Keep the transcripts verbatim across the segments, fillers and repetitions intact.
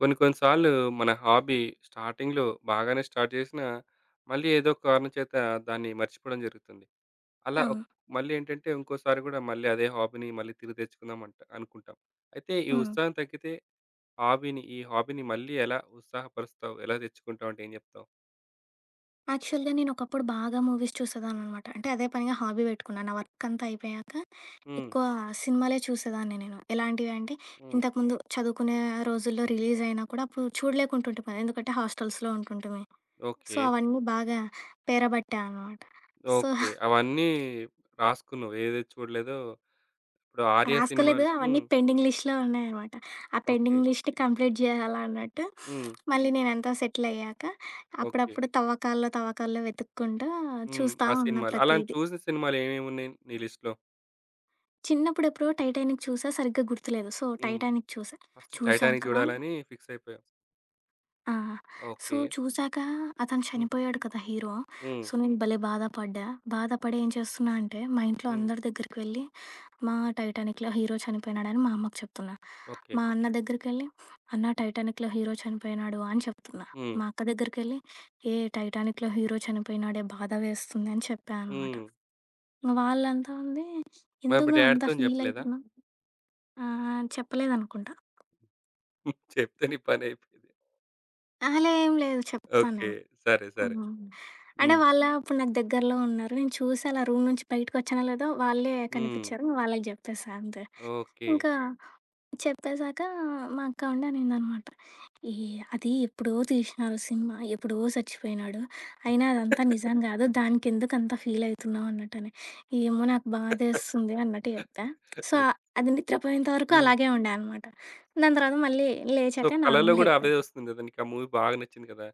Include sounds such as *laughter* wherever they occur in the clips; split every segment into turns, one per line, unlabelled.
కొన్ని కొన్ని సార్లు మన హాబీ స్టార్టింగ్‌లో బాగానే స్టార్ట్ చేసినా, మళ్ళీ ఏదో ఒక కారణం చేత దాన్ని మర్చిపోవడం జరుగుతుంది. అలా ఒక్
అవును.
మళ్ళీ ఏంటంటే ఇంకోసారి గూడా మళ్ళీ అదే హాబీని మళ్ళీ తిరిగి తెచ్చుకుందాం అంట అనుకుంటాం. అయితే ఈ
హ్మ్.
ఉత్సాహం తగ్గితే హాబీని ఈ హాబీని మళ్ళీ ఎలా ఉత్సాహపరుస్తావు? ఎలా తెచ్చుకుంటావు అంటే ఏం చెప్తావు?
యాక్చువల్‌గా నేనొకప్పుడు బాగా మూవీస్ చూసేదాన్ననమాట. అంటే అదే పనిగా హాబీ పెట్టుకున్నా. నా వర్క్ అంతా అయిపోయాక
హ్మ్.
ఎక్కువ సినిమాలే చూసేదాన్ని నేను. ఎలాంటివంటే
హ్మ్.
ఇంతకుముందు చదువుకునే రోజుల్లో రిలీజయినా కూడా అప్పుడు చూడలేకుంటుంటిమి కదా! ఎందుకంటే హాస్టల్స్‌లో ఉంటుంటిమి. So,
okay.
అవన్నీ బాగా పేరబట్టా అనమాట. So,
okay. అవన్నీ రాసుకున్నావు. ఏది చూడలేదో ఇప్పుడు 'ఆర్య'
రాసుకోలేదు.
సినిమాలు
అవన్నీ
హ్మ్.
పెండింగ్ లిస్ట్‌లో ఉన్నాయనమాట. ఆ
ఓకే.
పెండింగ్ లిస్ట్ కంప్లీట్ జేయాలా అన్నట్టు
హ్మ్.
మళ్ళీ నేనంతా సెటిలయ్యాక
ఓకే.
అప్పుడప్పుడు తవ్వకాల్లో, తవ్వకాల్లో వెతుక్కుంటూ
హ్మ్.
చూస్తా
ఆ
ఉన్నా
సినిమాలు. అలాంటి
ప్రతీది.
చూసిన సినిమాలు ఏమేమున్నాయి నీ లిస్ట్‌లో?
చిన్నప్పుడెప్పుడో 'టైటానిక్' చూసా. సరిగ్గా గుర్తులేదు. సో,
హ్మ్.
'టైటానిక్' చూసా.
ఫస్ట్
చూసాక
'టైటానిక్' చూడాలని ఫిక్స్ అయిపోయావు.
ఆ! So,
okay.
చూసాక అతను
హ్మ్.
చనిపోయాడు కదా హీరో.
హ్మ్.
సో, నేను భలే బాధపడ్డా. బాధపడి ఏం చేస్తున్నా అంటే, మా ఇంట్లో
హ్మ్.
అందరి దగ్గరికి వెళ్ళి, "మా 'టైటానిక్‌లో' హీరో చనిపోయినాడని" మా అమ్మకి చెప్తున్నా.
ఓకే.
మా అన్న దగ్గరికెళ్ళి, "అన్న 'టైటానిక్‌లో' హీరో చనిపోయినాడు" అని చెప్తున్నా.
హ్మ్.
మా అక్క దగ్గరికెళ్ళి, "ఏ 'టైటానిక్‌లో' హీరో చనిపోయినాడే బాధ వేస్తుంది" అని చెప్పా అనమాట.
హ్మ్.
వాళ్ళంతా ఉండి,
మరి
"ఎందుకు
మీ
నువ్వు అంత
డ్యాడీతోని
ఫీల్
చెప్పలేదా?
అయితున్నా". ఆహా! చెప్పలేదనుకుంటా.
*laughs* చెప్తే నీ పనైపోయేది.
అహా! లే ఏం లేదు చెప్తాను
ఓకే.
నేను.
సరే. సరే.
హ్మ్. అంటే
హ్మ్.
వాళ్ళే అప్పుడు నాకు దగ్గరలో ఉన్నారు. నేను చూసి అలా రూమ్ నుంచి బయటకొచ్చానో లేదో వాళ్ళే
హ్మ్.
కనిపిచ్చారు. ఇంక వాళ్ళకి జెప్పేసా అంతే.
ఓకే.
ఇంకా చెప్పేసాక మా అక్క ఉండి అనిందనమాట. "ఏ అది ఎప్పుడో తీసినారు సినిమా. ఎప్పుడో చచ్చిపోయినాడు. అయినా అదంతా నిజం
*laughs*
గాదు. దానికెందుకంత ఫీలయితున్నావు" అన్నట్టని. "ఏమో నాకు బాధేస్తుంది" అన్నట్టు జెప్పా. సో,
ఎప్
అది నిద్రపోయేంత వరకు
హ్మ్.
అలాగే ఉండే అనమాట. దాని తర్వాత మళ్ళీ
సో,
లేచాక
కలలో గూడా అదే
నార్మలయిపోయింది.
వస్తుంది గదా! నీకు ఆ మూవీ బాగా నచ్చింది కదా!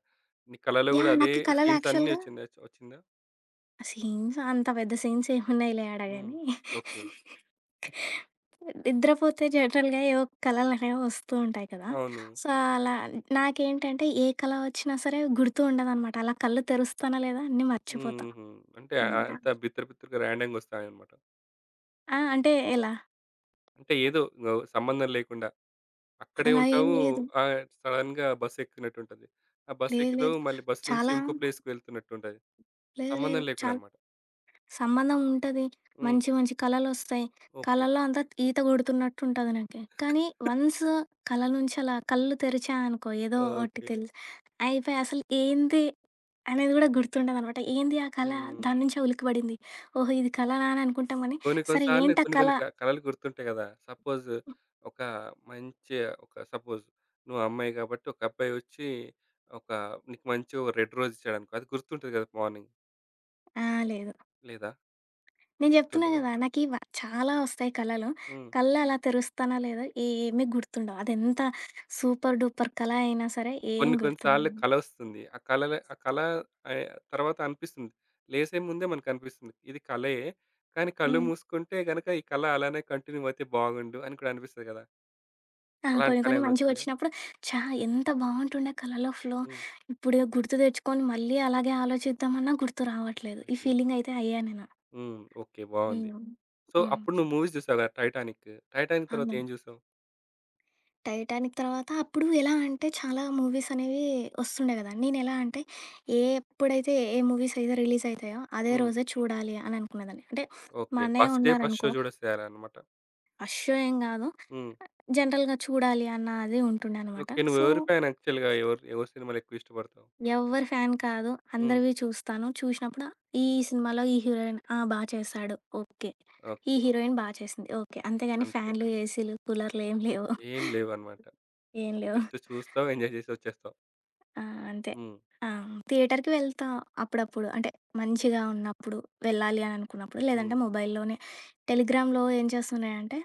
నీ కలలో గూడా
యాహ్!
అదే
నాకీ కళలో
సీన్స్ అన్నీ
యాక్చువల్‌గా
వచ్చిందా వచ్చిందా?
సీన్స్ అంత పెద్ద సీన్స్ ఏమున్నాయిలే ఆడ
హ్మ్.
గాని.
ఓకే.
నిద్రపోతే జనరల్‌గా ఏవో కళలనేవి వస్తూ ఉంటాయి కదా!
అవును.
సో, అలా నాకేంటంటే ఏ కళ వచ్చినా సరే గుర్తు ఉండదనమాట. అలా కళ్ళు తెరుస్తానా లేదా అన్నీ మర్చిపోతా.
హుహుహు. అంటే
హ్మ్.
ఆహ్, అంతా బిత్తర బిత్తరగా ర్యాండమ్‌గా వస్తాయన్నమాట.
ఆ! అంటే ఎలా?
అంటే ఏదో గ సంబంధం లేకుండా. అక్కడే
అలా ఏం
ఉంటావు.
లేదు.
ఆహ్, సడెన్‌గా బస్ ఎక్కినట్టుంటది. ఆ బస్
లేదు
ఎక్కుతావు.
లేదు.
మళ్ళీ బస్ నుంచి
చాలా
ఇంకో ప్లేస్‌కి వెళ్తున్నట్టుంటది.
లేదు లేదు.
సంబంధం లేకుండా
చాలా
అన్నమాట.
సంబంధం ఉంటది.
హ్మ్.
మంచి మంచి కలలొస్తాయి.
ఓకే.
కలలో అంతా ఈత కొడుతున్నట్టుంటది నాకి. కానీ వన్స్ కల నుంచి అలా కళ్ళు తెరిచా అనుకో ఏదో ఒకటి
ఓకే.
తెలుసు. అయిపోయి అసలు ఏంది అనేది గూడా గుర్తుండదనమాట. ఏంది ఆ కల?
హ్మ్.
దాని నుంచే ఉలికిపడింది. ఓహో! ఇది కలనా అని అనుకుంటాం గానీ,
కొన్ని కొన్ని
సరే
సార్లు
ఏంటా
కొన్ని
కల?
కొన్ని క కలలు గుర్తుంటాయి గదా! సపోజ్ ఒక మంచి ఒక సపోజ్ నువ్వు అమ్మాయి కాబట్టి ఒక అబ్బాయి వచ్చి ఒక నీకు మంచి ఓ రెడ్ రోజ్ ఇచ్చాడనుకో అది గుర్తుంటది గదా! మార్నింగ్
ఆ! లేదు.
లేదా?
నేను చెప్తున్నా
గుర్తుండదా?
గదా! నాకి వ చాలా వస్తాయి కలలు.
హ్మ్.
కళ్ళు అలా తెరుస్తానా లేదా ఏమీ గుర్తుండవు. అదెంత సూపర్ డూపర్ కల అయినా సరే ఏం
కొన్ని కొన్ని సార్లు
గుర్తుండదు.
కల వస్తుంది. ఆ కలల ఆ కల ఆహ్, తర్వాత అనిపిస్తుంది. లేసే ముందే మనకనిపిస్తుంది. ఇది కలే. కానీ కళ్ళు
హ్మ్.
మూసుకుంటే గనక ఈ కల అలానే కంటిన్యూ అయితే బాగుండు అని కూడా అనిపిస్తది కదా!
ఆ! కొన్ని
అలాంటి కల
కొన్ని
ఏమైనా వచ్చిందా?
మంచివొచ్చినప్పుడు, ఛా! ఎంత బావుంటుండే కలలో ఫ్లో.
హ్మ్.
ఇప్పుడు గుర్తు తెచ్చుకొని మళ్ళీ అలాగే ఆలోచిద్దామన్నా గుర్తు రావట్లేదు. ఈ
అయ్యో!
ఫీలింగయితే అయ్యా నేను.
హ్మ్. ఓకే. బావుంది.
హ్మ్.
సో,
హ్మ్.
అప్పుడు నువ్వు మూవీస్ చూసావు కదా! 'టైటానిక్.' 'టైటానిక్' తర్వాత
అవును.
ఏం చూసావు?
'టైటానిక్' తర్వాత అప్పుడు ఎలా అంటే చాలా మూవీసనేవి ఒస్తుండే గదా! నేనెలా అంటే ఏ ఎప్పుడైతే ఏ మూవీసయితే రిలీజయితాయో అదే
హ్మ్.
రోజే చూడాలి అని అనుకునేదాన్ని. అంటే మా
ఓకే.
అన్నయ్య
ఫస్ట్ డే ఫస్ట్ షో
ఉన్నారనుకో,
చూడేసేయాలన్నమాట.
రష్షో ఏం గాదు.
హ్మ్.
జనరల్‌గా చూడాలి అన్న అది ఉంటుండే అనమాట.
ఓకే.
సో,
నువ్వెవరి ఫ్యాన్ యాక్చువల్‌గా? ఎవరు ఎవరి సినిమాలు ఎక్కువ ఇష్టపడతావు?
ఎవ్వరి ఫ్యాన్ కాదు.
హ్మ్.
అందరివి చూస్తాను. చూసినప్పుడు ఈ సినిమాలో ఈ హీరోయిన్ ఆ! బా చేశాడు. ఓకే. ఈ
ఓకే.
హీరోయిన్ బా చేసింది. ఓకే. అంతేగాని
అంతే.
ఫ్యాన్లు, ఏసీలు, కూలర్లు ఏం లేవు.
ఏం లేవన్నమాట.
ఏం లేవు.
జస్ట్ చూస్తావు, ఎంజాయ్ చేసి వచ్చేస్తావు.
ఆ! అంతే.
హ్మ్.
ఆ! థియేటర్‌కి వెళ్తా అప్పుడప్పుడు. అంటే మంచిగా ఉన్నప్పుడు, వెళ్ళాలి అని అనుకున్నప్పుడు.
హ్మ్.
లేదంటే మొబైల్‌లోనే టెలిగ్రామ్‌లో ఏం చేస్తున్నాయంటే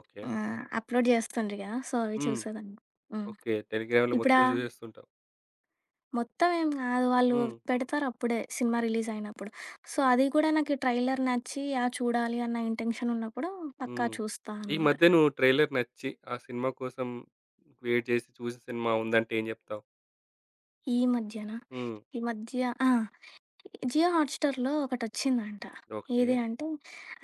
ఓకే.
ఆహ్, అప్‌లోడ్ చేస్తుండ్రు కదా! సో, అవి
హ్మ్.
చూసేదాన్ని. హ్మ్.
ఓకే. టెలిగ్రామ్‌లో
ఇప్పుడా
మొత్తం చూసేస్తుంటావు.
మొత్తం ఏం కాదు. వాళ్ళు
హ్మ్.
పెడతారప్పుడే సినిమా రిలీజయినప్పుడు. సో, అది కూడా నాకీ ట్రైలర్ నచ్చి, ఆ! చూడాలి అన్న ఇంటెన్షనున్నప్పుడు పక్కా
హ్మ్.
చూస్తా
ఈ
అనమాట.
మధ్య నువ్వు ట్రైలర్ నచ్చి ఆ సినిమా కోసం వెయిట్ చేసి చూసిన సినిమా ఉందంటే ఏం జెప్తావు?
ఈ మధ్యన,
హ్మ్.
ఈ మధ్య ఆ! జియో హాట్‌స్టార్‌లో ఒకటొచ్చిందంట.
ఓకే.
ఏది అంటే,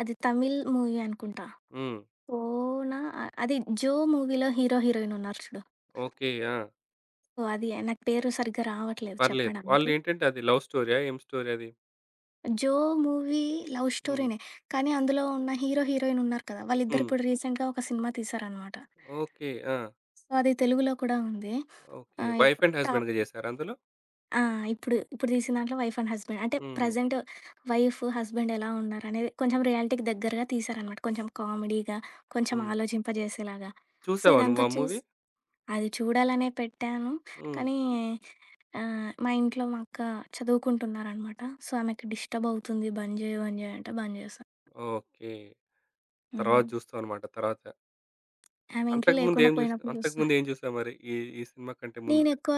అది తమిళ్ మూవీ అనుకుంటా.
హ్మ్.
'ఓనా' ఆహ్, అది 'జో' మూవీలో హీరో, హీరోయిన్ ఉన్నారు చూడు.
ఓకే. ఆ!
సో, అది. నాకు పేరు సరిగ్గా రావట్లేదు
పర్లేదు.
చెప్పడానికి.
వాళ్ళేంటంటే అది లవ్ స్టోరీయా? ఏం స్టోరీ అది?
'జో' మూవీ లవ్
హ్మ్.
స్టోరీనే. కానీ అందులో ఉన్న హీరో, హీరోయిన్ ఉన్నారు కదా!
హ్మ్.
వాళ్ళిద్దరిప్పుడు రీసెంట్‌గా ఒక సినిమా తీశారనమాట.
ఓకే. ఆ!
సో, అది తెలుగులో కూడా ఉంది.
ఓకే.
ఆహ్, ఇప్
వైఫ్ అండ్
టాప్
హస్బాండ్‌గా చేసారా అందులో?
ఆ! ఇప్పుడు ఇప్పుడు తీసిన దాంట్లో వైఫ్ అండ్ హస్బెండ్. అంటే
హ్మ్.
ప్రెజెంట్ వైఫ్, హస్బెండ్ ఎలా ఉన్నారనేది కొంచెం రియాలిటీకి దగ్గరగా తీశారనమాట. కొంచెం కామెడీగా, కొంచెం
హ్మ్.
ఆలోచింపజేసేలాగా. సో,
చూసావా నువ్వు
ఇదంతా
ఆ మూవీ?
చూసి అది చూడాలనే పెట్టాను.
హ్మ్.
కానీ ఆహ్, మా ఇంట్లో మా అక్క చదువుకుంటున్నారనమాట. సో, ఆమెకి డిస్టర్బ్ అవుతుంది. బంద్ జేయి, బంద్ జేయి అంటే బంద్ చేశా.
ఓకే. తర్వాత
హ్మ్.
జూస్తావన్నమాట తర్వాత.
ఆమె ఇంట్లో
అంతకుముందు
లేకుండా
ఏం జూస్
పోయినప్పుడు చూస్తా.
అంతకుముందు ఏం జూసావు మరి? ఈ ఈ సినిమా కంటే ముందు?
నేనెక్కువ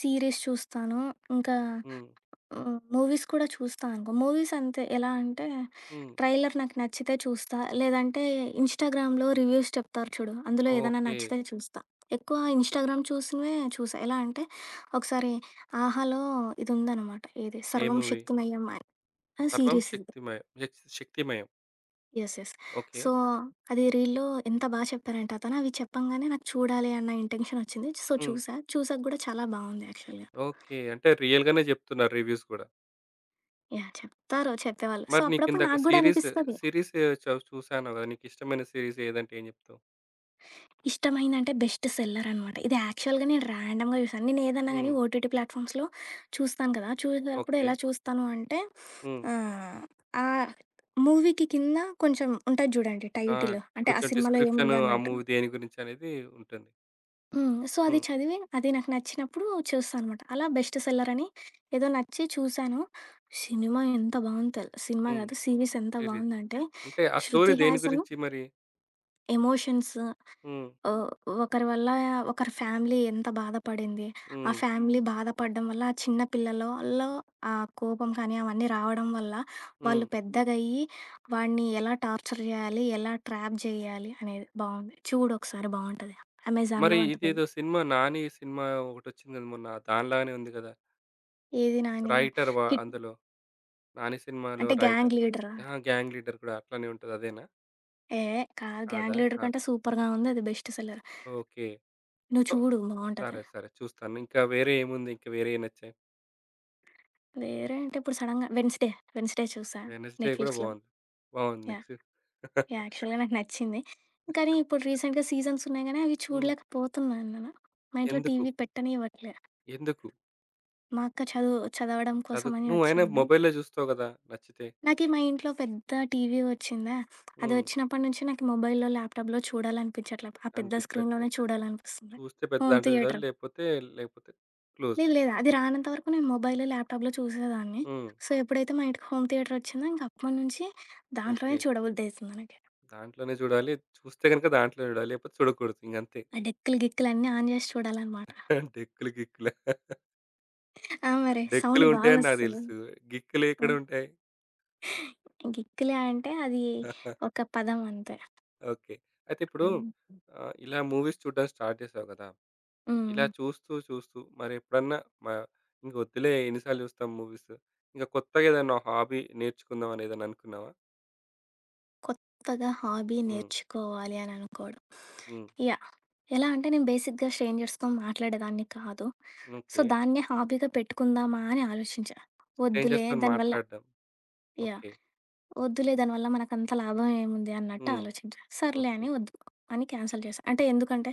సీరీస్ చూస్తాను. ఇంకా
హ్మ్.
హ్మ్. మూవీస్ కూడా చూస్తా అనుకో. మూవీస్ అంతే. ఎలా అంటే
హ్మ్.
ట్రైలర్ నాకు నచ్చితే చూస్తా. లేదంటే ఇన్‌స్టాగ్రామ్‌లో రివ్యూస్ చెప్తారు చూడు. అందులో ఏదైనా
ఓకే.
నచ్చితే చూస్తా. ఎక్కువ ఇన్‌స్టాగ్రామ్ చూసినవే చూసా. ఎలా అంటే ఒకసారి 'ఆహాలో' ఇదుందనమాట. ఏది
ఏ
'సర్వం
మూవీ?
శక్తిమయం' అని ఆ!
'సర్వం
సీరీస్ ఇది.
శక్తిమయం జక్స్ 'Shakthimayam.'
Yes. Yes.
Okay.
So, అది రీల్‌లో ఎంత బా చెప్పారంటే అతను అవి చెప్పంగానే నాకు చూడాలి అన్న ఇంటెన్షన్ వచ్చింది. సో,
హ్మ్.
చూసా. చూసాక గూడా చాలా బావుంది యాక్చువల్‌గా.
ఓకే. అంటే రియల్‌గానే జెప్తున్నారు రివ్యూస్ గూడా.
యాహ్! చెప్తారు చెప్పేవాళ్ళు. సో,
మరి
అప్పుడప్పుడు
నీకిందాక
నాకు గూడా
సీరీస్,
అనిపిస్తది.
సీరీస్ చవ్ చూసానన్నావు గదా! నీకిష్టమైన సీరీస్ ఏదంటే ఏం జెప్తావు?
ఇష్టమైందంటే బెస్ట్ సెల్లర్ అనమాట. ఇది యాక్చువల్‌గా నేను ర్యాండమ్‌గా చూసాను. నేను ఏదన్నా గాని
హ్మ్.
ఓటీటీ ప్లాట్‌ఫామ్స్‌లో చూస్తాను కదా! చూసేటప్పుడు
ఓకే.
ఎలా చూస్తాను అంటే
హ్మ్.
ఆహ్, ఆ మూవీకి కింద కొంచెం ఉంటది చూడండి
ఆ!
టైటిల్. అంటే ఆ
కొంచెం
సినిమాలో
డిస్క్రిప్షన్
ఏముంది
ఆ
అన్నట్టు.
మూవీ దేని గురించనేది ఉంటుంది.
హ్మ్. సో, అది
హ్మ్.
చదివి అది నాకు నచ్చినప్పుడు చూస్తా అనమాట. అలా బెస్ట్ సెల్లర్ అని ఏదో నచ్చి చూసాను. సినిమా ఎంత బావుంది తెల్ సినిమా
హ్మ్.
కాదు, సీరీస్ ఎంత
సీరీస్.
బావుందంటే
అంటే ఆ స్టోరీ
'శృతి
దేని
హాసన్'
గురించి మరి?
ఎమోషన్స్
హ్మ్.
ఓహ్! ఒకరి వల్ల ఒకరి ఫ్యామిలీ ఎంత బాధపడింది, ఆ
హ్మ్.
ఫ్యామిలీ బాధపడడం వల్ల ఆ చిన్న పిల్లలలో ఆ కోపం కానీ అవన్నీ రావడం వల్ల
హ్మ్.
వాళ్ళు పెద్దగయ్యి వాడిని ఎలా టార్చర్ చేయాలి, ఎలా ట్రాప్ చేయాలి అనేది బావుంది. చూడొకసారి బావుంటది.
మరి
అమెజాన్‌లో ఉంటది.
ఇదేదో సినిమా 'నాని' సినిమా ఒకటొచ్చింది కదా మొన్న. దానిలాగానే ఉంది కదా!
ఏది 'నానిది'.
రైటర్ వ
హిట్
అందులో. 'నాని' సినిమాలో
అంటే
రైటర్.
'గ్యాంగ్ లీడరా'?
ఆ! గ్యాంగ్ లీడర్ కూడా అట్లనే ఉంటది. అదేనా?
ఏహే! కాదు
కాదా?
'గ్యాంగ్ లీడర్'
కాదు.
కంటే సూపర్‌గా ఉంది. అది బెస్ట్ సెల్లర్.
ఓకే.
నువ్వు
సో,
చూడు బావుంటది.
సరే, సరే చూస్తాను. ఇంకా వేరే ఏముంది? ఇంకా వేరే ఏం నచ్చాయి?
వేరే అంటే ఇప్పుడు సడెన్‌గా 'వెడ్నెస్డే', 'వెడ్నెస్డే' చూసా
'వెనస్‌డే' కూడా
నెట్‌ఫ్లిక్స్‌లో.
బావుంది. బావుంది.
యాహ్!
Next
yeah!
*laughs*
యాక్చువల్‌గా నాకు నచ్చింది. కానీ ఇప్పుడు రీసెంట్‌గా సీజన్స్ ఉన్నాయి గానీ, అవి
హ్మ్.
చూడలేకపోతున్నాను నేను. మా ఇంట్లో
ఎందుకు?
టీవీ పెట్టనివ్వట్లే.
ఎందుకు?
మా అక్క చదువు చదవడం
చదువుకు
కోసమని
నువ్వైనా
వచ్చింది.
మొబైల్‌లో చూస్తావు కదా! నచ్చితే.
నాకీ మా ఇంట్లో పెద్ద టీవీ వచ్చిందా, అది
హ్మ్.
వచ్చినప్పటి నుంచి నాకు మొబైల్‌లో, ల్యాప్‌టాప్‌లో చూడాలనిపించట్లే. ఆ పెద్ద స్క్రీన్‌లోనే
అనిపించట్లేదు.
చూడాలనిపిస్తుంది.
చూస్తే పెద్ద
హోమ్
దాంట్లో చూడాలి.
థియేటర్
లేకపోతే లేకపోతే క్లోజ్.
లేదు, లేదు. అది రానంత వరకు నేను మొబైల్, ల్యాప్‌టాప్‌లో చూసేదాన్ని.
హ్మ్.
సో, ఎప్పుడైతే మా ఇంటికి హోమ్ థియేటర్ వచ్చిందో ఇంక అప్పటి నుంచి దాంట్లోనే
ఓకే.
చూడబుద్దయితుంది నాకు.
దాంట్లోనే చూడాలి. చూస్తే గనుక దాంట్లోనే చూడాలి. లేకపోతే చూడకూడదు. ఇంగంతే.
ఆ డెక్కులు, గిక్కులు అన్నీ ఆన్ జేసి చూడాలనమాట.
*laughs* డెక్కులు, గిక్కులు
ఆ! మరి
డెక్కులు
సౌండ్
ఉంటాయని నాకు
బాగొస్తది.
తెలుసు. గిక్కులు
ఆ!
ఎక్కడుంటాయి?
గిక్కులే అంటే అది
*laughs*
ఒక పదం అంతే.
ఓకే. అయితే ఇప్పుడు
హ్మ్.
ఆహ్, ఇలా మూవీస్ చూడడం స్టార్ట్ చేసావు కదా!
హ్మ్.
ఇలా చూస్తూ, చూస్తూ మరెప్పుడన్నా మ ఇంక వద్దులే ఎన్ని సార్లు చూస్తాం మూవీస్. ఇంక కొత్తగా ఏదన్నా హాబీ నేర్చుకుందాం అని ఏదన్నా అనుకున్నావా?
కొత్తగా హాబీ
హ్మ్.
నేర్చుకోవాలి అని అనుకోవడం.
హ్మ్.
యాహ్! ఎలా అంటే నేను బేసిక్‌గా స్ట్రేంజర్స్‌తో మాట్లాడేదాన్ని కాదు. So,
okay.
దాన్నే హాబీగా పెట్టుకుందామా అని ఆలోచించా. వద్దులే
స్ట్రేంజర్స్‌తోని
దానివల్ల
మాట్లాడడం.
యాహ్!
ఓకే.
వద్దులే దానివల్ల మనకంత లాభం ఏముంది అన్నట్టు
హ్మ్.
ఆలోచించా. సర్లే
ఓకే.
అని వద్దు అని క్యాన్సిల్ చేశా. అంటే ఎందుకంటే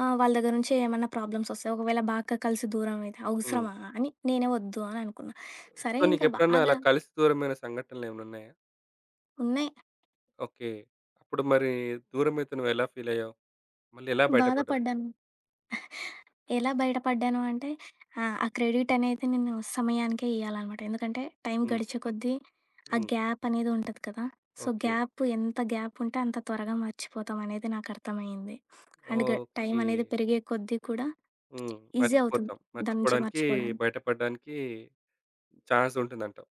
ఆహ్, వాళ్ళ దగ్గర నుంచి ఏమన్నా ప్రాబ్లమ్స్ వస్తాయి. ఒకవేళ బాగా కలిసి దూరం అయితే
హ్మ్.
అవసరమా అని నేనే వద్దు అని అనుకున్నా. సరే
సో,
ఇంకా
నీకెప్పుడన్నా
బాగా
అలా కలిసి దూరమైన సంఘటనలేమన్నున్నాయా?
ఉన్నాయి
ఓకే. అప్పుడు మరి దూరమైతే నువ్వెలా ఫీలయ్యావు? మళ్ళీ ఎలా బయటపడ్డావు?
బాధపడ్డాను. ఎలా బయటపడ్డాను అంటే ఆహ్, ఆ క్రెడిట్ అనేది నేను సమయానికే ఇయ్యాలనమాట. ఎందుకంటే టైం
హ్మ్.
గడిచే కొద్దీ ఆ
హ్మ్.
గ్యాప్ అనేది ఉంటది కదా! So,
okay.
గ్యాప్ ఎంత గ్యాప్ ఉంటే అంత త్వరగా మర్చిపోతాం అనేది నాకు అర్థమైంది. అండ్ గ టైం
ఓకే.
అనేది పెరిగే కొద్దీ కూడా
హ్మ్.
ఈజీ అవుతుంది.
మర్చిపోతాం.
దాని నుంచి
మర్చిపోవడానికి,
మర్చిపోవడానికి.
బయటపడడానికి ఛాన్స్ ఉంటుందంటావు.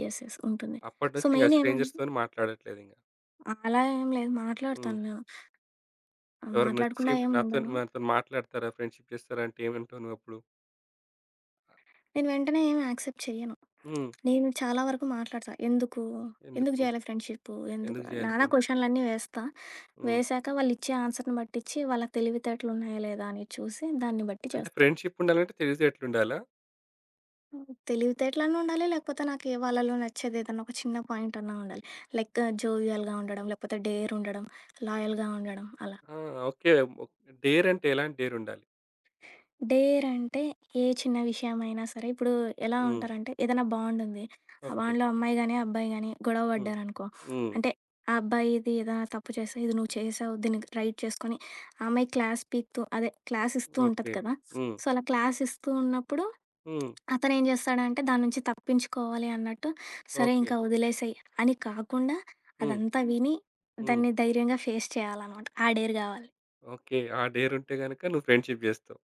యెస్. యెస్. ఉంటుంది. సో,
అప్పటినుంచి ఇంక
మెయిన్ ఏమంటే
స్ట్రేంజర్స్‌తోని మాట్లాడట్లేదింక.
ఆ, అలా ఏం లేదు.
హ్మ్.
మాట్లాడతాను నేను. ఆ,
ఎవరైనొచ్చి
మాట్లాడకుండా ఏం
నాతోని
ఉండను.
నాతోని మాట్లాడతారా, ఫ్రెండ్‌షిప్ చేస్తారా అంటే ఏమంటావు నువ్వప్పుడు?
నేను వెంటనే ఏమి యాక్సెప్ట్ చెయ్యను.
హ్మ్.
నేను చాలా వరకు మాట్లాడతా. ఎందుకు? ఎందుకు
ఎందుకు?
జేయాలి ఫ్రెండ్‌షిప్పు? ఎందుకు?
ఎందుకు చేయాలి
నానా
ఫ్రెండ్‌షిప్?
క్వెషన్‌లన్నీ వేస్తా.
హ్మ్.
వేశాక వాళ్ళిచ్చే ఆన్సర్‌ని బట్టిచ్చి, వాళ్ళ తెలివితేటలున్నాయా లేదా అని చూసి, దాన్ని బట్టి
అంటే
చేస్తా.
ఫ్రెండ్‌షిప్ ఉండాలంటే తెలివితే ఎట్లుండాలా?
తెలివితేటలన్నా ఉండాలి, లేకపోతే నాకు ఏ వాళ్ళలో నచ్చేది ఏదన్నా ఒక చిన్న పాయింట్ అన్నా ఉండాలి. లైక్ జోవియల్‌గా ఉండడం, లేకపోతే డేర్ ఉండడం, లాయల్‌గా ఉండడం అలా.
ఆ! ఓకే. డేర్ అంటే ఎలాంటి డేరుండాలి?
డేర్ అంటే ఏ చిన్న విషయమైనా సరే, ఇప్పుడు ఎలా
హ్మ్.
ఉంటారంటే ఏదైనా బాండ్ ఉంది. ఆ
ఓకే.
బాండ్‌లో అమ్మాయి గాని, అబ్బాయి గాని గొడవ
హ్మ్.
పడ్డారనుకో,
హ్మ్.
అంటే ఆ అబ్బాయిది ఏదైనా తప్పు చేస్తే, ఇది నువ్వు చేసావు దీన్ని రైట్ చేసుకొని, ఆ అమ్మాయి క్లాస్ పీకుతూ అదే క్లాస్ ఇస్తూ ఉంటది
ఓకే.
కదా!
హ్మ్.
సో, అలా క్లాస్ ఇస్తూ ఉన్నప్పుడు
హ్మ్.
అతనేం చేస్తాడంటే దాని నుంచి తప్పించుకోవాలి అన్నట్టు, సరే
ఓకే.
ఇంకా వదిలేసేయ్ అని కాకుండా
హ్మ్.
అదంతా విని
హ్మ్.
దాన్ని ధైర్యంగా ఫేస్ చేయాలనమాట. ఆ డేర్ కావాలి.
ఓకే. ఆ డేరుంటే గనక నువ్వు ఫ్రెండ్‌షిప్ జేస్తావు.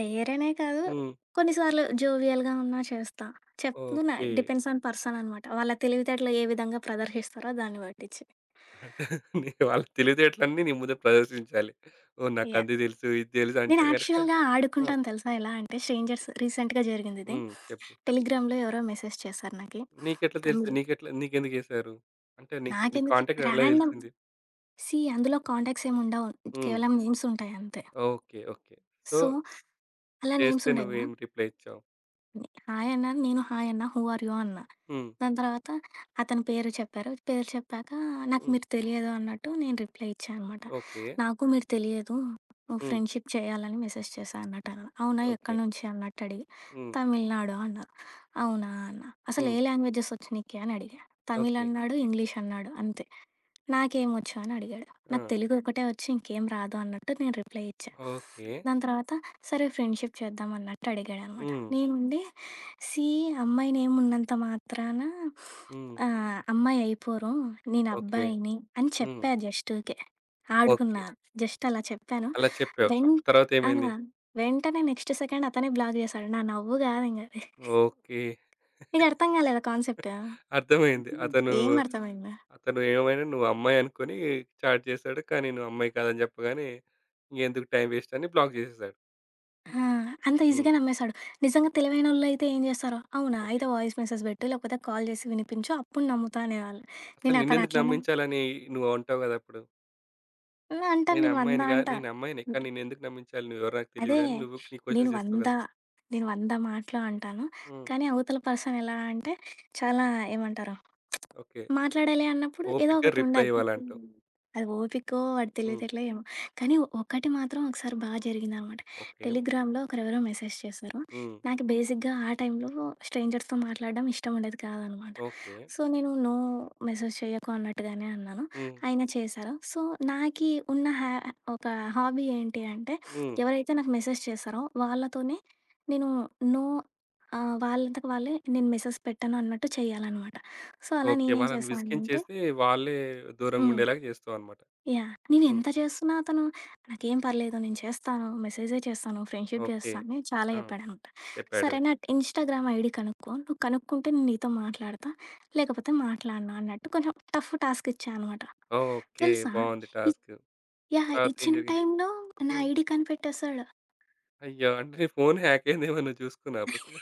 డేరనే కాదు.
హ్మ్.
కొన్నిసార్లు జోవియల్‌గా ఉన్నా చేస్తా. చెప్తున్నా
ఓకే.
డిపెండ్స్ ఆన్ పర్సన్ అనమాట. వాళ్ళ తెలివితేటలు ఏ విధంగా ప్రదర్శిస్తారో దాన్ని పట్టించి.
అంటే నీ వాళ్ళ తెలివితేటలన్నీ నీ ముందే ప్రదర్శించాలి. ఓహ్!
యాహ్!
నాకది దెలుసు, ఇది దెలుసు అంటే
నేను
గనక
యాక్చువల్‌గా
ఆ!
ఆడుకుంటాను తెలుసా! ఎలా అంటే స్ట్రేంజర్స్
ఓకే.
రీసెంట్‌గా జరిగిందిది.
హ్మ్. చెప్పు.
టెలిగ్రామ్‌లో ఎవరో మెసేజ్ చేశారు నాకి.
నీకెట్లా తెలుసు?
తమిళ్.
నీకెట్లా నీకెందుకు జేశారు? అంటే నీ నీ
నాకెందుకు చే
కాంటాక్ట్ ఎలా
ర్యాండమ్
తెలిసింది?
సీ అందులో కాంటాక్ట్స్ ఏమి ఉండవు.
హ్మ్.
కేవలం నేమ్స్ ఉంటాయి అంతే.
ఓకే. ఓకే. సో,
సో, అలా నేమ్స్
చేస్తే
ఉంటాయి కదా!
నువ్వేం రిప్లై ఇచ్చావు?
హాయ్ అన్నాను. నేను హాయ్ అన్నా. హూ ఆర్ యూ అన్నా.
హ్మ్.
దాని తర్వాత అతని పేరు చెప్పారు. పేరు చెప్పాక నాకు
హ్మ్.
మీరు తెలియదు అన్నట్టు నేను రిప్లై ఇచ్చా అనమాట.
ఓకే.
నాకు మీరు తెలియదు.
హ్మ్.
ఫ్రెండ్‌షిప్ చేయాలని మెసేజ్ చేశా అన్నట్టు అన్నా. అవునా!
ఓకే.
ఎక్కడి నుంచి అన్నట్టు అడిగా.
హ్మ్.
తమిళనాడు అన్నారు. అవునా! అన్నా. అసలు
హ్మ్.
ఏ లాంగ్వేజెస్ వచ్చు నీకి అని అడిగా. తమిళ్
ఓకే.
అన్నాడు, ఇంగ్లీష్ అన్నాడు అంతే. నాకేమొచ్చు అని అడిగాడు.
ఆ!
నాకు తెలుగు ఒకటే వచ్చు ఇంకేం రాదు అన్నట్టు నేను రిప్లై ఇచ్చా.
ఓకే.
దాని తర్వాత సరే ఫ్రెండ్‌షిప్ చేద్దాం అన్నట్టు అడిగాడనమాట.
హ్మ్.
నేనుండి సీ అమ్మాయి నేమున్నంత మాత్రాన
హ్మ్.
ఆహ్, అమ్మాయి అయిపోరు. నేను
ఓకే.
అబ్బాయిని అని
హ్మ్.
చెప్పా జస్ట్ ఊకే.
ఓకే.
ఆడుకున్నా. జస్ట్ అలా చెప్పాను.
అలా చెప్పావు.
వెన్
అప్పుడు
ఆ!
తర్వాతేమైంది?
వెంటనే నెక్స్ట్ సెకండ్ అతనే బ్లాక్ చేశాడు. నా నవ్వు కాదింక.
ఓకే.
నీకర్థం కాలేదా కాన్సెప్ట్?
అర్థమైంది. అతను,
ఏం అర్థమైంది?
అతను ఏమైనా నువ్వు అమ్మాయి అనుకోని చాట్ చేసాడు. కానీ నువ్వు అమ్మాయి కాదని చెప్పగానే ఇంకెందుకు టైం వేస్ట్ అని బ్లాక్ చేసేసాడు.
ఆ! అంత
హ్మ్.
ఈజీగా నమ్మేసాడు. నిజంగా తెలివైనోళ్ళైతే ఏం చేస్తారో, అవునా!
ఓకే.
అయితే వాయిస్ మెసేజ్ పెట్టు, లేకపోతే కాల్ చేసి వినిపించు అప్పుడు నమ్ముతా అనేవాళ్ళు.
అసలు
నేను అతను
నిన్నెందుకు
అట్లా నమ్
నమ్మించాలని నువ్వు అంటావు గదా! అప్పుడు.
ఆ! అంటాను
నేను
నేను వంద
అమ్మాయిని గా
అంటా.
నేను అమ్మాయినే. కానీ నిన్నెందుకు నమ్మించాలి? నువ్వెవరో నాకు
అదే.
తెలీదు అని నువ్వు నీ
నేను
క్వెషన్స్ చేస్తావు
వంద
గదా!
నేను వంద మాటలు అంటాను.
హ్మ్.
కానీ అవతల పర్సన్ ఎలా అంటే చాలా ఏమంటారు?
ఓకే.
మాట్లాడాలి అన్నప్పుడు ఏదో
ఓపికగా రిప్లై
ఒకటుండాలి.
ఇవ్వాలంటావు.
అది ఓపికో, వాడి
హ్మ్.
తెలివితేటలో ఏమో. కానీ ఒకటి మాత్రం ఒకసారి బాగా జరిగిందనమాట.
ఓకే.
టెలిగ్రామ్‌లో ఒకరెవరో మెసేజ్ చేశారు.
హ్మ్.
నాకు బేసిక్‌గా ఆ టైంలో స్ట్రేంజర్స్‌తో మాట్లాడడం ఇష్టం ఉండేది కాదనమాట.
ఓకే.
సో, నేను నో మెసేజ్ చేయకు అన్నట్టుగానే అన్నాను.
హ్మ్.
ఆయన చేశారు. సో, నాకి ఉన్న హ్యా ఒక హాబీ ఏంటి అంటే
హ్మ్.
ఎవరైతే నాకు మెసేజ్ చేశారో వాళ్ళతోనే నేను నో ఆహ్, వాళ్ళంతకు వాళ్ళే నేను మెసేజ్ పెట్టను అన్నట్టు చేయాలనమాట. సో, అలా
ఓకే.
నేనేం
వాళ్ళని
చేశానంటే
విసిగించేసి వాళ్ళే
హ్మ్.
దూరంగుండేలాగా చేస్తావన్నమాట.
యాహ్! నేను
హ్మ్.
ఎంత చేస్తున్నా అతను నాకేం పర్లేదు నేను చేస్తాను, మెసేజే చేస్తాను, ఫ్రెండ్‌షిప్
ఓకే.
చేస్తా అని చాలా
ఆ!
చెప్పాడనమాట.
చెప్పాడు.
సరే నా ఇన్‌స్టాగ్రామ్ ఐడీ కనుక్కో, నువ్వు కనుక్కుంటే నేను నీతో మాట్లాడతా, లేకపోతే మాట్లాడను అన్నట్టు కొంచెం టఫ్ టాస్క్ ఇచ్చా అనమాట.
ఓకే.
తెలుసా?
బావుంది
ఇ
టాస్క్.
యాహ్!
తర్వాతేం
ఇచ్చిన
జరిగింది?
టైంలో నా
హ్మ్.
ఐడీ కనిపెట్టేసాడు.
అయ్యో! అంటే నీ ఫోన్ హ్యాక్ అయిందేమో నువ్వు చూసుకున్నావా అసలు?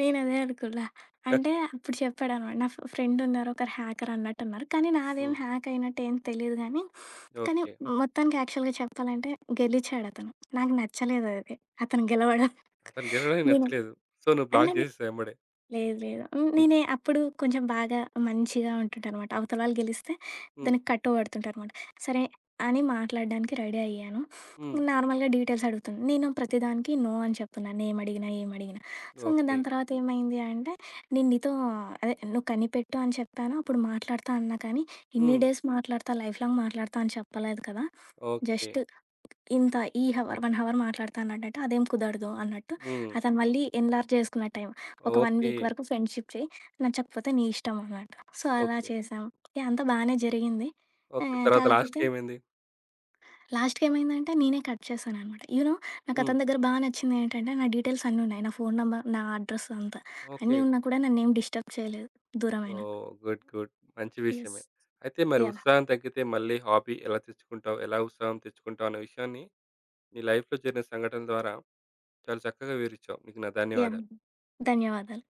నేనదే అనుకున్నా. అంటే
*laughs*
అప్పుడు చెప్పాడనమాట. నా ఫ్ ఫ్రెండున్నారు. ఒకరు హ్యాకర్ అన్నట్టున్నారు. కానీ నాదేం
హ్మ్.
హ్యాక్ అయినట్టు ఏం తెలీదు గానీ, కానీ
ఓకే.
మొత్తానికి యాక్చువల్‌గా చెప్పాలంటే గెలిచాడతను. నాకు నచ్చలేదది. అతను గెలవడం.
అతనికి గెలవడానికి
నేను
నచ్చలేదు. సో, నువ్వు
అంటే
బ్లాక్ చేసేసావు ఎంబడే.
లేదు లేదు. హ్మ్.
హ్మ్.
నేనే అప్పుడు కొంచెం బాగా మంచిగా ఉంటుంటానమాట. అవతల వాళ్ళు గెలిస్తే
హ్మ్.
దానికి కట్టుబడుతుంటానమాట. సరే అని మాట్లాడడానికి రెడీ అయ్యాను.
హ్మ్.
నార్మల్‌గా డీటెయిల్స్ అడుగుతుంది. నేను ప్రతిదానికి నో అని చెప్తున్నా. నేమడిగినా, ఏమడిగినా. సో, ఇంక
ఓకే.
దాని తర్వాత ఏమైంది అంటే, నేను నీతో అదే నువ్వు కనిపెట్టు అని చెప్పాను. అప్పుడు మాట్లాడతా అన్నా కానీ, ఇన్ని
హ్మ్.
డేస్ మాట్లాడతా, లైఫ్ లాంగ్ మాట్లాడతా అని చెప్పలేదు కదా!
ఓకే.
జస్ట్ ఇంత ఈ హవర్ ఒక హవర్ మాట్లాడతా అన్నాడంటే, అదేం కుదరదు అన్నట్టు
హ్మ్.
అతను మళ్ళీ ఎన్లార్జ్ చేసుకున్న టైం. ఒక 1
ఓకే.
వీక్ వరకు ఫ్రెండ్‌షిప్ చెయి. నచ్చకపోతే నీ ఇష్టం అన్నట్టు. సో, అలా
ఓకే.
చేశాము. యాహ్! అంతా బానే జరిగింది.
ఓకే.
ఆహ్,
తర్వాత
కాకపోతే
లాస్ట్‌కేమైంది?
లాస్ట్‌కి ఏమైందంటే నేనే కట్ చేశాననమాట. యూ నో నాకు
హ్మ్.
అతని దగ్గర బా నచ్చింది ఏంటంటే, నా డీటెయిల్స్ అన్నీ ఉన్నాయి. నా ఫోను నంబర్, నా అడ్రెస్ అంతా.
ఓకే.
అన్నీ ఉన్నా కూడా నన్నేం డిస్టర్బ్ చేయలేదు దూరమైనా.
ఓహ్! గుడ్. గుడ్. మంచి
యెస్.
విషయమే. అయితే మరి
యాహ్!
ఉత్సాహం తగ్గితే మళ్ళీ హాబీ ఎలా తెచ్చుకుంటావు? ఎలా ఉత్సాహం తెచ్చుకుంటావు అన్న విషయాన్ని నీ లైఫ్‌లో జరిగిన సంఘటనల ద్వారా చాలా చక్కగా వివరించావు. నీకు నా
యాహ్!
ధన్యవాదాలు.
ధన్యవాదాలు.